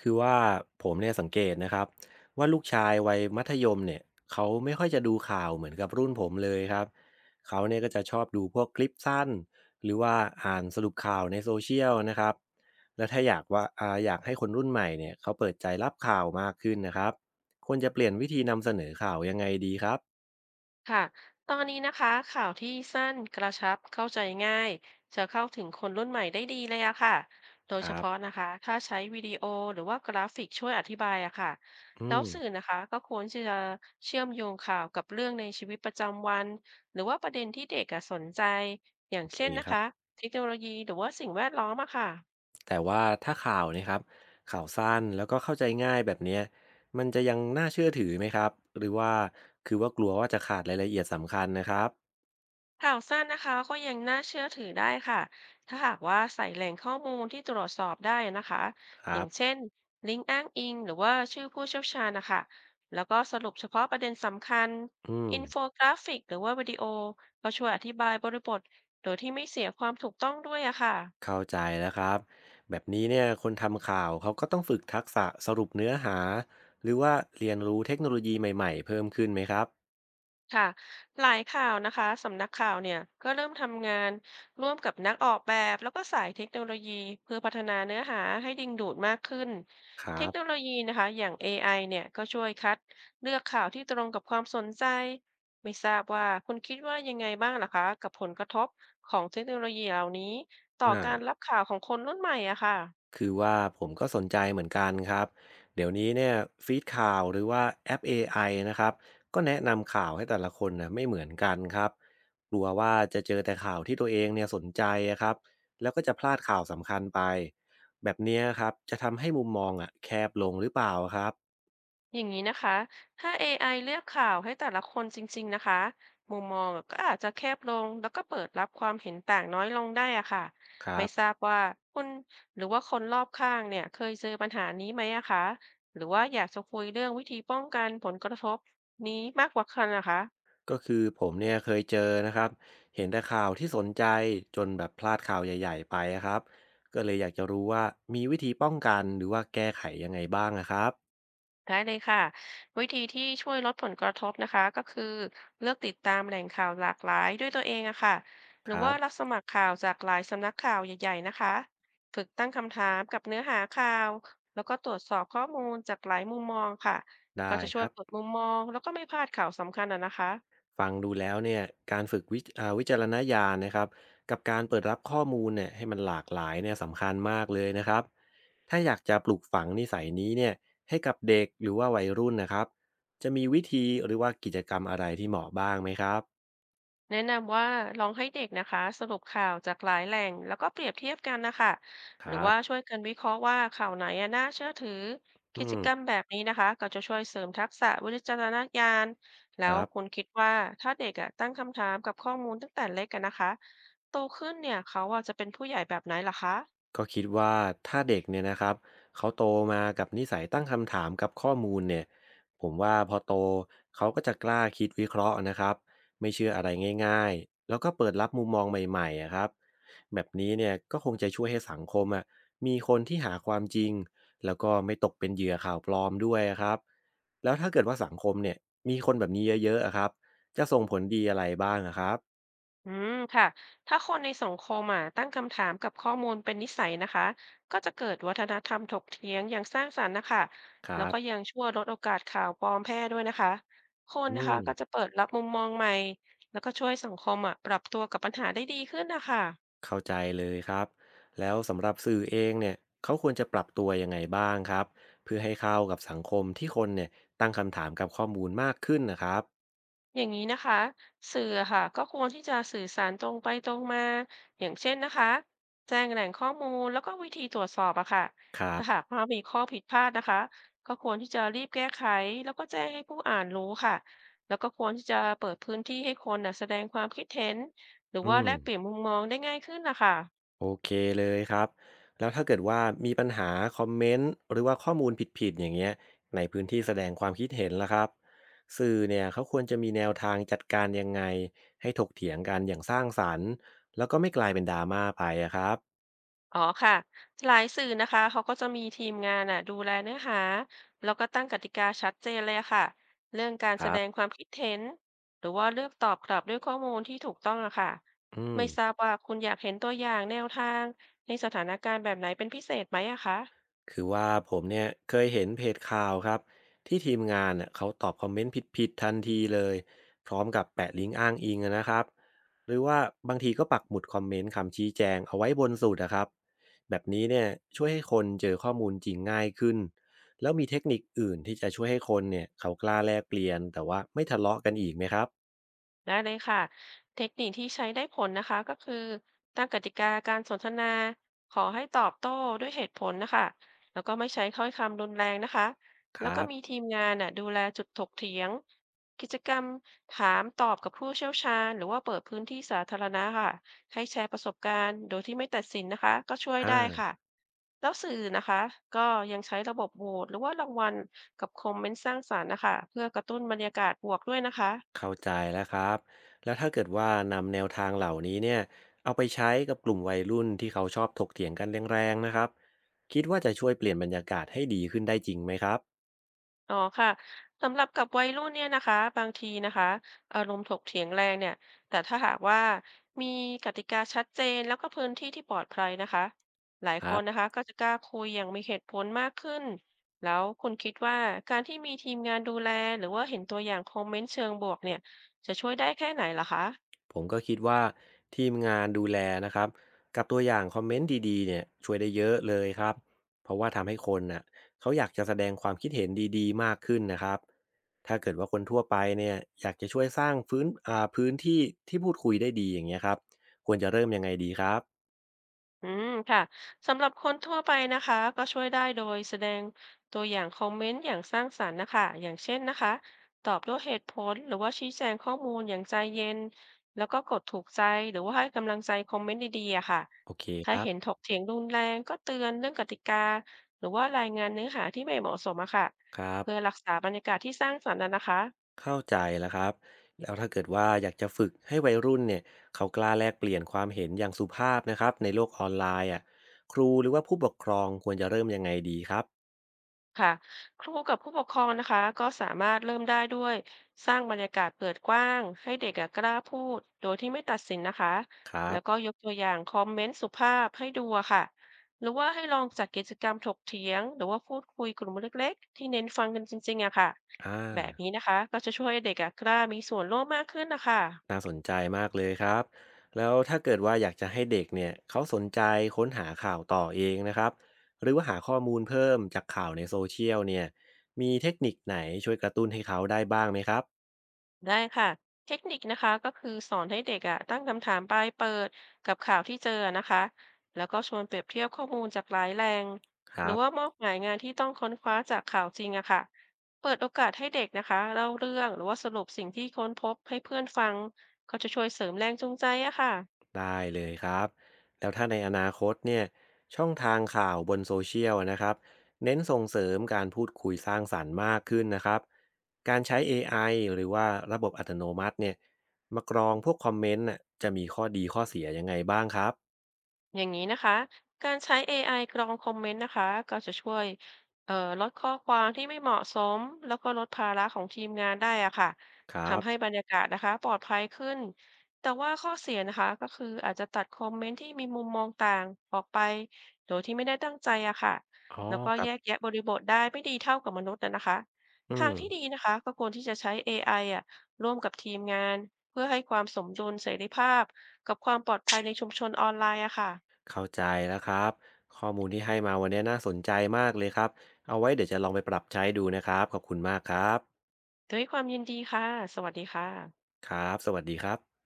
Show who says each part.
Speaker 1: คือว่าผมเนี่ยสังเกตนะครับว่าลูกชายวัยมัธยมเนี่ยเขาไม่ค่อยจะดูข่าวเหมือนกับรุ่นผมเลยครับเขาเนี่ยก็จะชอบดูพวกคลิปสั้นหรือว่าอ่านสรุปข่าวในโซเชียลนะครับแล้วถ้าอยากว่าอาอยากให้คนรุ่นใหม่เนี่ยเขาเปิดใจรับข่าวมากขึ้นนะครับควรจะเปลี่ยนวิธีนำเสนอข่าวยังไงดีครับ
Speaker 2: ค่ะตอนนี้นะคะข่าวที่สั้นกระชับเข้าใจง่ายจะเข้าถึงคนรุ่นใหม่ได้ดีเลยอะค่ะโด
Speaker 1: ค
Speaker 2: ยเฉ
Speaker 1: รั
Speaker 2: พาะ
Speaker 1: บ
Speaker 2: นะคะถ้าใช้วิดีโอหรือว่ากราฟิกช่วยอธิบายอะค่ะ
Speaker 1: อื
Speaker 2: แล้ว
Speaker 1: ม
Speaker 2: สื่อนะคะก็ควรที่จะเชื่อมโยงข่าวกับเรื่องในชีวิตประจำวันหรือว่าประเด็นที่เด็กอะสนใจอย่า
Speaker 1: โอ
Speaker 2: ง
Speaker 1: เค
Speaker 2: เช่น
Speaker 1: ค
Speaker 2: นะ
Speaker 1: รั
Speaker 2: คะ
Speaker 1: บ
Speaker 2: เทคโนโลยีหรือว่าสิ่งแวดล้อมอะค่ะ
Speaker 1: แต่ว่าถ้าข่าวเนยครับข่าวสั้นแล้วก็เข้าใจง่ายแบบเนี้ยมันจะยังน่าเชื่อถือไหมครับหรือว่าคือว่ากลัวว่าจะขาดรายละเอียดสำคัญนะครับ
Speaker 2: ข่าวสั้นนะคะก็ยังน่าเชื่อถือได้ค่ะ ถ้าหากว่าใส่แหล่งข้อมูลที่ตรวจสอบได้นะคะ
Speaker 1: ค
Speaker 2: อ
Speaker 1: รั
Speaker 2: ย่า
Speaker 1: บ
Speaker 2: งเช่นลิงก์อ้างอิงหรือว่าชื่อผู้เชี่ยวชาญนะคะ แล้วก็สรุปเฉพาะประเด็นสำคัญ
Speaker 1: อืม
Speaker 2: อินโฟกราฟิกหรือว่าวิดีโอก็ช่วยอธิบายบริบทโดยที่ไม่เสียความถูกต้องด้วยอะค่ะ
Speaker 1: เข้าใจแล้วครับแบบนี้เนี่ยคนทำข่าวเขาก็ต้องฝึกทักษะสรุปเนื้อหาหรือว่าเรียนรู้เทคโนโลยีใหม่ๆเพิ่มขึ้นไหมครับ
Speaker 2: ค่ะหลายข่าวนะคะสำนักข่าวเนี่ยก็เริ่มทำงานร่วมกับนักออกแบบแล้วก็สายเทคโนโลยีเพื่อพัฒนาเนื้อหาให้ดึงดูดมากขึ้น
Speaker 1: ครั
Speaker 2: เทค
Speaker 1: บ
Speaker 2: โนโลยีนะคะอย่าง AI เนี่ยก็ช่วยคัดเลือกข่าวที่ตรงกับความสนใจไม่ทราบว่าคุณคิดว่ายังไงบ้างล่ะคะกับผลกระทบของเทคโนโลยีเหล่านี้ต่อการ
Speaker 1: อ่า
Speaker 2: รับข่าวของคนรุ่นใหม่อะค่ะ
Speaker 1: คือว่าผมก็สนใจเหมือนกันครับเดี๋ยวนี้เนี่ยฟีดข่าวหรือว่าแอป a อไอนะครับก็แนะนำข่าวให้แต่ละคนนะไม่เหมือนกันครับกลัวว่าจะเจอแต่ข่าวที่ตัวเองเนี่ยสนใจอะครับแล้วก็จะพลาดข่าวสำคัญไปแบบเนี้ยครับจะทำให้มุมมองอ่ะแคบลงหรือเปล่าครับ
Speaker 2: อย่างนี้นะคะ ถ้า AI เลือกข่าวให้แต่ละคนจริงๆนะคะมุมมองก็อาจจะแคบลง แล้วก็เปิดรับความเห็นต่างน้อยลงได้อะค่ะ
Speaker 1: ครั
Speaker 2: ไม่ทรา
Speaker 1: บ
Speaker 2: บว่าคุณหรือว่าคนรอบข้างเนี่ยเคยเจอปัญหานี้ไหมอะคะหรือว่าอยากจะคุยเรื่องวิธีป้องกันผลกระทบนี้มากกว่ากันนะคะ
Speaker 1: ก็คือผมเนี่ยเคยเจอนะครับเห็นแต่ข่าวที่สนใจจนแบบพลาดข่าวใหญ่ๆไปอะครับก็เลยอยากจะรู้ว่ามีวิธีป้องกันหรือว่าแก้ไขยังไงบ้างอะครับ
Speaker 2: ได้เลยค่ะวิธีที่ช่วยลดผลกระทบนะคะก็คือเลือกติดตามแหล่งข่าวหลากหลายด้วยตัวเองอะค่ะห
Speaker 1: ค
Speaker 2: รือ
Speaker 1: รั
Speaker 2: ว่ารั
Speaker 1: บ
Speaker 2: บสมัครข่าวจากหลายสำนักข่าวใหญ่ๆนะคะฝึกตั้งคำถามกับเนื้อหาข่าวแล้วก็ตรวจสอบข้อมูลจากหลายมุมมองค่ะก็
Speaker 1: ได้
Speaker 2: จะ
Speaker 1: ค
Speaker 2: ช่วย
Speaker 1: รับ
Speaker 2: เปิดมุมมองแล้วก็ไม่พลาดข่าวสำคัญอะนะคะ
Speaker 1: ฟังดูแล้วเนี่ยการฝึกวิจารณญาณนะครับกับการเปิดรับข้อมูลเนี่ยให้มันหลากหลายเนี่ยสำคัญมากเลยนะครับถ้าอยากจะปลูกฝังนิสัยนี้เนี่ยให้กับเด็กหรือว่าวัยรุ่นนะครับจะมีวิธีหรือว่ากิจกรรมอะไรที่เหมาะบ้างไหมครับ
Speaker 2: แนะนำว่าลองให้เด็กนะคะสรุปข่าวจากหลายแหล่งแล้วก็เปรียบเทียบกันนะคะ
Speaker 1: ค
Speaker 2: หรื
Speaker 1: รั
Speaker 2: อว่า
Speaker 1: บ
Speaker 2: ช่วยกันวิเคราะห์ว่าข่าวไหนอะน่าเชื่อถือ
Speaker 1: อื
Speaker 2: กิจ
Speaker 1: ม
Speaker 2: กรรมแบบนี้นะคะก็จะช่วยเสริมทักษะวิจารณญาณแล้
Speaker 1: ค
Speaker 2: ว
Speaker 1: รับ
Speaker 2: คุณคิดว่าถ้าเด็กอะตั้งคำถามกับข้อมูลตั้งแต่เล็กกันนะคะโตขึ้นเนี่ยเขาอะจะเป็นผู้ใหญ่แบบไหนล่ะคะ
Speaker 1: ก็คิดว่าถ้าเด็กเนี่ยนะครับเขาโตมากับนิสัยตั้งคำถามกับข้อมูลเนี่ยผมว่าพอโตเขาก็จะกล้าคิดวิเคราะห์นะครับไม่เชื่ออะไรง่ายๆแล้วก็เปิดรับมุมมองใหม่ๆอะครับแบบนี้เนี่ยก็คงจะช่วยให้สังคมอ่ะมีคนที่หาความจริงแล้วก็ไม่ตกเป็นเหยื่อข่าวปลอมด้วยอะครับแล้วถ้าเกิดว่าสังคมเนี่ยมีคนแบบนี้เยอะๆอะครับจะส่งผลดีอะไรบ้างอะครับ
Speaker 2: อืมค่ะถ้าคนในสังคมอ่ะตั้งคำถามกับข้อมูลเป็นนิสัยนะคะก็จะเกิดวัฒนธรรมถกเถียงอย่างสร้างสรรค์นะคะ
Speaker 1: ค
Speaker 2: แล้
Speaker 1: รั
Speaker 2: วก็
Speaker 1: บ
Speaker 2: ยังช่วยลดโอกาสข่าวปลอมแพร่ด้วยนะคะคน
Speaker 1: อื
Speaker 2: นะคะ
Speaker 1: ม
Speaker 2: ก็จะเปิดรับมุมมองใหม่แล้วก็ช่วยสังคมอ่ะปรับตัวกับปัญหาได้ดีขึ้นนะคะ
Speaker 1: เข้าใจเลยครับแล้วสำหรับสื่อเองเนี่ยเขาควรจะปรับตัวยังไงบ้างครับเพื่อให้เข้ากับสังคมที่คนเนี่ยตั้งคำถามกับข้อมูลมากขึ้นนะครับ
Speaker 2: อย่างนี้นะคะสื่อค่ะก็ควรที่จะสื่อสารตรงไปตรงมาอย่างเช่นนะคะแจ้งแหล่งข้อมูลแล้วก็วิธีตรวจสอบอะค่ะ
Speaker 1: ครั
Speaker 2: ถ้าหา
Speaker 1: บ
Speaker 2: กว่ามีข้อผิดพลาดนะคะก็ควรที่จะรีบแก้ไขแล้วก็แจ้งให้ผู้อ่านรู้ค่ะแล้วก็ควรที่จะเปิดพื้นที่ให้คนน่ะแสดงความคิดเห็นหรือ
Speaker 1: อื
Speaker 2: ว่า
Speaker 1: ม
Speaker 2: แลกเปลี่ยนมุมมองได้ง่ายขึ้นนะคะ
Speaker 1: โอเคเลยครับแล้วถ้าเกิดว่ามีปัญหาคอมเมนต์หรือว่าข้อมูลผิดๆอย่างเงี้ยในพื้นที่แสดงความคิดเห็นล่ะครับสื่อเนี่ยเขาควรจะมีแนวทางจัดการยังไงให้ถกเถียงกันอย่างสร้างสรรค์แล้วก็ไม่กลายเป็นดราม่าไปอะครับ
Speaker 2: อ๋อค่ะหลายสื่อนะคะเขาก็จะมีทีมงานอ่ะดูแลเนื้อหาแล้วก็ตั้งกติกาชัดเจนเลยอะค่ะเรื่องการ
Speaker 1: ค
Speaker 2: แส
Speaker 1: รั
Speaker 2: ดงค
Speaker 1: บ
Speaker 2: วามคิดเห็นหรือว่าเลือกตอบกลับด้วยข้อมูลที่ถูกต้องอะค่ะ
Speaker 1: อืม
Speaker 2: ไม่ทราบว่าคุณอยากเห็นตัวอย่างแนวทางในสถานการณ์แบบไหนเป็นพิเศษไหมอะคะ
Speaker 1: คือว่าผมเนี่ยเคยเห็นเพจข่าวครับที่ทีมงานน่ะเขาตอบคอมเมนต์ผิดๆทันทีเลยพร้อมกับแปะลิงก์อ้างอิงอะนะครับหรือว่าบางทีก็ปักหมุดคอมเมนต์คำชี้แจงเอาไว้บนสุดนะครับแบบนี้เนี่ยช่วยให้คนเจอข้อมูลจริงง่ายขึ้นแล้วมีเทคนิคอื่นที่จะช่วยให้คนเนี่ยเขากล้าแลกเปลี่ยนแต่ว่าไม่ทะเลาะกันอีกไหมครับ
Speaker 2: ได้เลยค่ะเทคนิคที่ใช้ได้ผลนะคะก็คือตั้งกติกาการสนทนาขอให้ตอบโต้ด้วยเหตุผลนะคะแล้วก็ไม่ใช้ถ้อยคำรุนแรงนะคะ
Speaker 1: ค
Speaker 2: แล้ว
Speaker 1: รั
Speaker 2: ก็
Speaker 1: บ
Speaker 2: มีทีมงานน่ะดูแลจุดถกเถียงกิจกรรมถามตอบกับผู้เชี่ยวชาญหรือว่าเปิดพื้นที่สาธารณะค่ะให้แชร์ประสบการณ์โดยที่ไม่ตัดสินนะคะก็ช่วยได้ค่ะ
Speaker 1: อ่า
Speaker 2: แล้วสื่อนะคะก็ยังใช้ระบบโหวตหรือว่ารางวัลกับคอมเมนต์สร้างสรรค์นะคะเพื่อกระตุ้นบรรยากาศบวกด้วยนะคะ
Speaker 1: เข้าใจแล้วครับแล้วถ้าเกิดว่านำแนวทางเหล่านี้เนี่ยเอาไปใช้กับกลุ่มวัยรุ่นที่เขาชอบถกเถียงกันแรงๆนะครับคิดว่าจะช่วยเปลี่ยนบรรยากาศให้ดีขึ้นได้จริงไหมครับ
Speaker 2: อ๋อค่ะสำหรับกับวัยรุ่นเนี่ยนะคะบางทีนะคะอารมณ์ถกเถียงแรงเนี่ยแต่ถ้าหากว่ามีกติกาชัดเจนแล้วก็พื้นที่ที่ปลอดภัยนะคะหลาย
Speaker 1: ค
Speaker 2: ค
Speaker 1: รั
Speaker 2: นนะ
Speaker 1: บ
Speaker 2: คะก็จะกล้าคุยอย่างมีเหตุผลมากขึ้นแล้วคุณคิดว่าการที่มีทีมงานดูแลหรือว่าเห็นตัวอย่างคอมเมนต์เชิงบวกเนี่ยจะช่วยได้แค่ไหนล่ะคะ
Speaker 1: ผมก็คิดว่าทีมงานดูแลนะครับกับตัวอย่างคอมเมนต์ดีๆเนี่ยช่วยได้เยอะเลยครับเพราะว่าทำให้คนน่ะเขาอยากจะแสดงความคิดเห็นดีๆมากขึ้นนะครับถ้าเกิดว่าคนทั่วไปเนี่ยอยากจะช่วยสร้างฟื้นอ่าพื้นที่ที่พูดคุยได้ดีอย่างเงี้ยครับควรจะเริ่มยังไงดีครับ
Speaker 2: อืมค่ะสำหรับคนทั่วไปนะคะก็ช่วยได้โดยแสดงตัวอย่างคอมเมนต์อย่างสร้างสรรค์นะคะอย่างเช่นนะคะตอบด้วยเหตุผลหรือว่าชี้แจงข้อมูลอย่างใจเย็นแล้วก็กดถูกใจหรือว่าให้กำลังใจคอมเมนต์ดีๆอะค่ะ
Speaker 1: โอเคค
Speaker 2: ถ้า
Speaker 1: รั
Speaker 2: เห็น
Speaker 1: บ
Speaker 2: ถกเถียงรุนแรงก็เตือนเรื่องกติกาหรือว่ารายงานเนื้อหาที่ไม่เหมาะสมอะค่ะ
Speaker 1: ครับ
Speaker 2: เพื่อรักษาบรรยากาศที่สร้างสรรค์อะนะคะ
Speaker 1: เข้าใจแล้วครับแล้วถ้าเกิดว่าอยากจะฝึกให้วัยรุ่นเนี่ยเขากล้าแลกเปลี่ยนความเห็นอย่างสุภาพนะครับในโลกออนไลน์อ่ะครูหรือว่าผู้ปกครองควรจะเริ่มยังไงดีครับ
Speaker 2: ค่ะครูกับผู้ปกครองนะคะก็สามารถเริ่มได้ด้วยสร้างบรรยากาศเปิดกว้างให้เด็กอะกล้าพูดโดยที่ไม่ตัดสินนะคะ
Speaker 1: ครั
Speaker 2: แล้วก็
Speaker 1: บ
Speaker 2: ยกตัวอย่างคอมเมนต์สุภาพให้ดูอะค่ะหรือว่าให้ลองจัดกิจกรรมถกเถียงหรือว่าพูดคุยกลุ่มเล็กๆที่เน้นฟังกันจริงๆอะค่ะ
Speaker 1: อ่
Speaker 2: แบบ
Speaker 1: า
Speaker 2: นี้นะคะก็จะช่วยให้เด็กอะกล้ามีส่วนร่วมมากขึ้นนะคะ
Speaker 1: น่าสนใจมากเลยครับแล้วถ้าเกิดว่าอยากจะให้เด็กเนี่ยเขาสนใจค้นหาข่าวต่อเองนะครับหรือว่าหาข้อมูลเพิ่มจากข่าวในโซเชียลเนี่ยมีเทคนิคไหนช่วยกระตุ้นให้เขาได้บ้างไหมครับ
Speaker 2: ได้ค่ะเทคนิคนะคะก็คือสอนให้เด็กอ่ะตั้งคำถามปลายเปิดกับข่าวที่เจอนะคะแล้วก็ชวนเปรียบเทียบข้อมูลจากหลายแหล่ง
Speaker 1: ค
Speaker 2: ห
Speaker 1: รั
Speaker 2: รือว่า
Speaker 1: บ
Speaker 2: มอบหมายงานที่ต้องค้นคว้าจากข่าวจริงอะค่ะเปิดโอกาสให้เด็กนะคะเล่าเรื่องหรือว่าสรุปสิ่งที่ค้นพบให้เพื่อนฟังก็จะช่วยเสริมแรงจูงใจอะค่ะ
Speaker 1: ได้เลยครับแล้วถ้าในอนาคตเนี่ยช่องทางข่าวบนโซเชียลนะครับเน้นส่งเสริมการพูดคุยสร้างสรรค์มากขึ้นนะครับการใช้ AI หรือว่าระบบอัตโนมัติเนี่ยมากรองพวกคอมเมนต์น่ะจะมีข้อดีข้อเสียยังไงบ้างครับ
Speaker 2: อย่างนี้นะคะการใช้ AI กรองคอมเมนต์นะคะก็จะช่วยเอ่อลดข้อความที่ไม่เหมาะสมแล้วก็ลดภาระของทีมงานได้อะค่ะ
Speaker 1: ครับ
Speaker 2: ทำให้บรรยากาศนะคะปลอดภัยขึ้นแต่ว่าข้อเสียนะคะก็คืออาจจะตัดคอมเมนต์ที่มีมุมมองต่างออกไปโดยที่ไม่ได้ตั้งใจอะค่ะ
Speaker 1: อ๋อ
Speaker 2: แล้วก็
Speaker 1: ครั
Speaker 2: แยก
Speaker 1: บ
Speaker 2: แยะบริบทได้ไม่ดีเท่ากับมนุษย์นะนะคะ
Speaker 1: อื
Speaker 2: ทา
Speaker 1: ม
Speaker 2: งที่ดีนะคะก็ควรที่จะใช้ AI อไออะร่วมกับทีมงานเพื่อให้ความสมดุลเสรีภาพกับความปลอดภัยในชุมชนออนไลน์อะค่ะ
Speaker 1: เข้าใจแล้วครับข้อมูลที่ให้มาวันนี้น่าสนใจมากเลยครับเอาไว้เดี๋ยวจะลองไปปรับใช้ดูนะครับขอบคุณมากครับ
Speaker 2: ด้วยความยินดีค่ะ สวัสดีค่ะ
Speaker 1: ครับสวัสดีครับ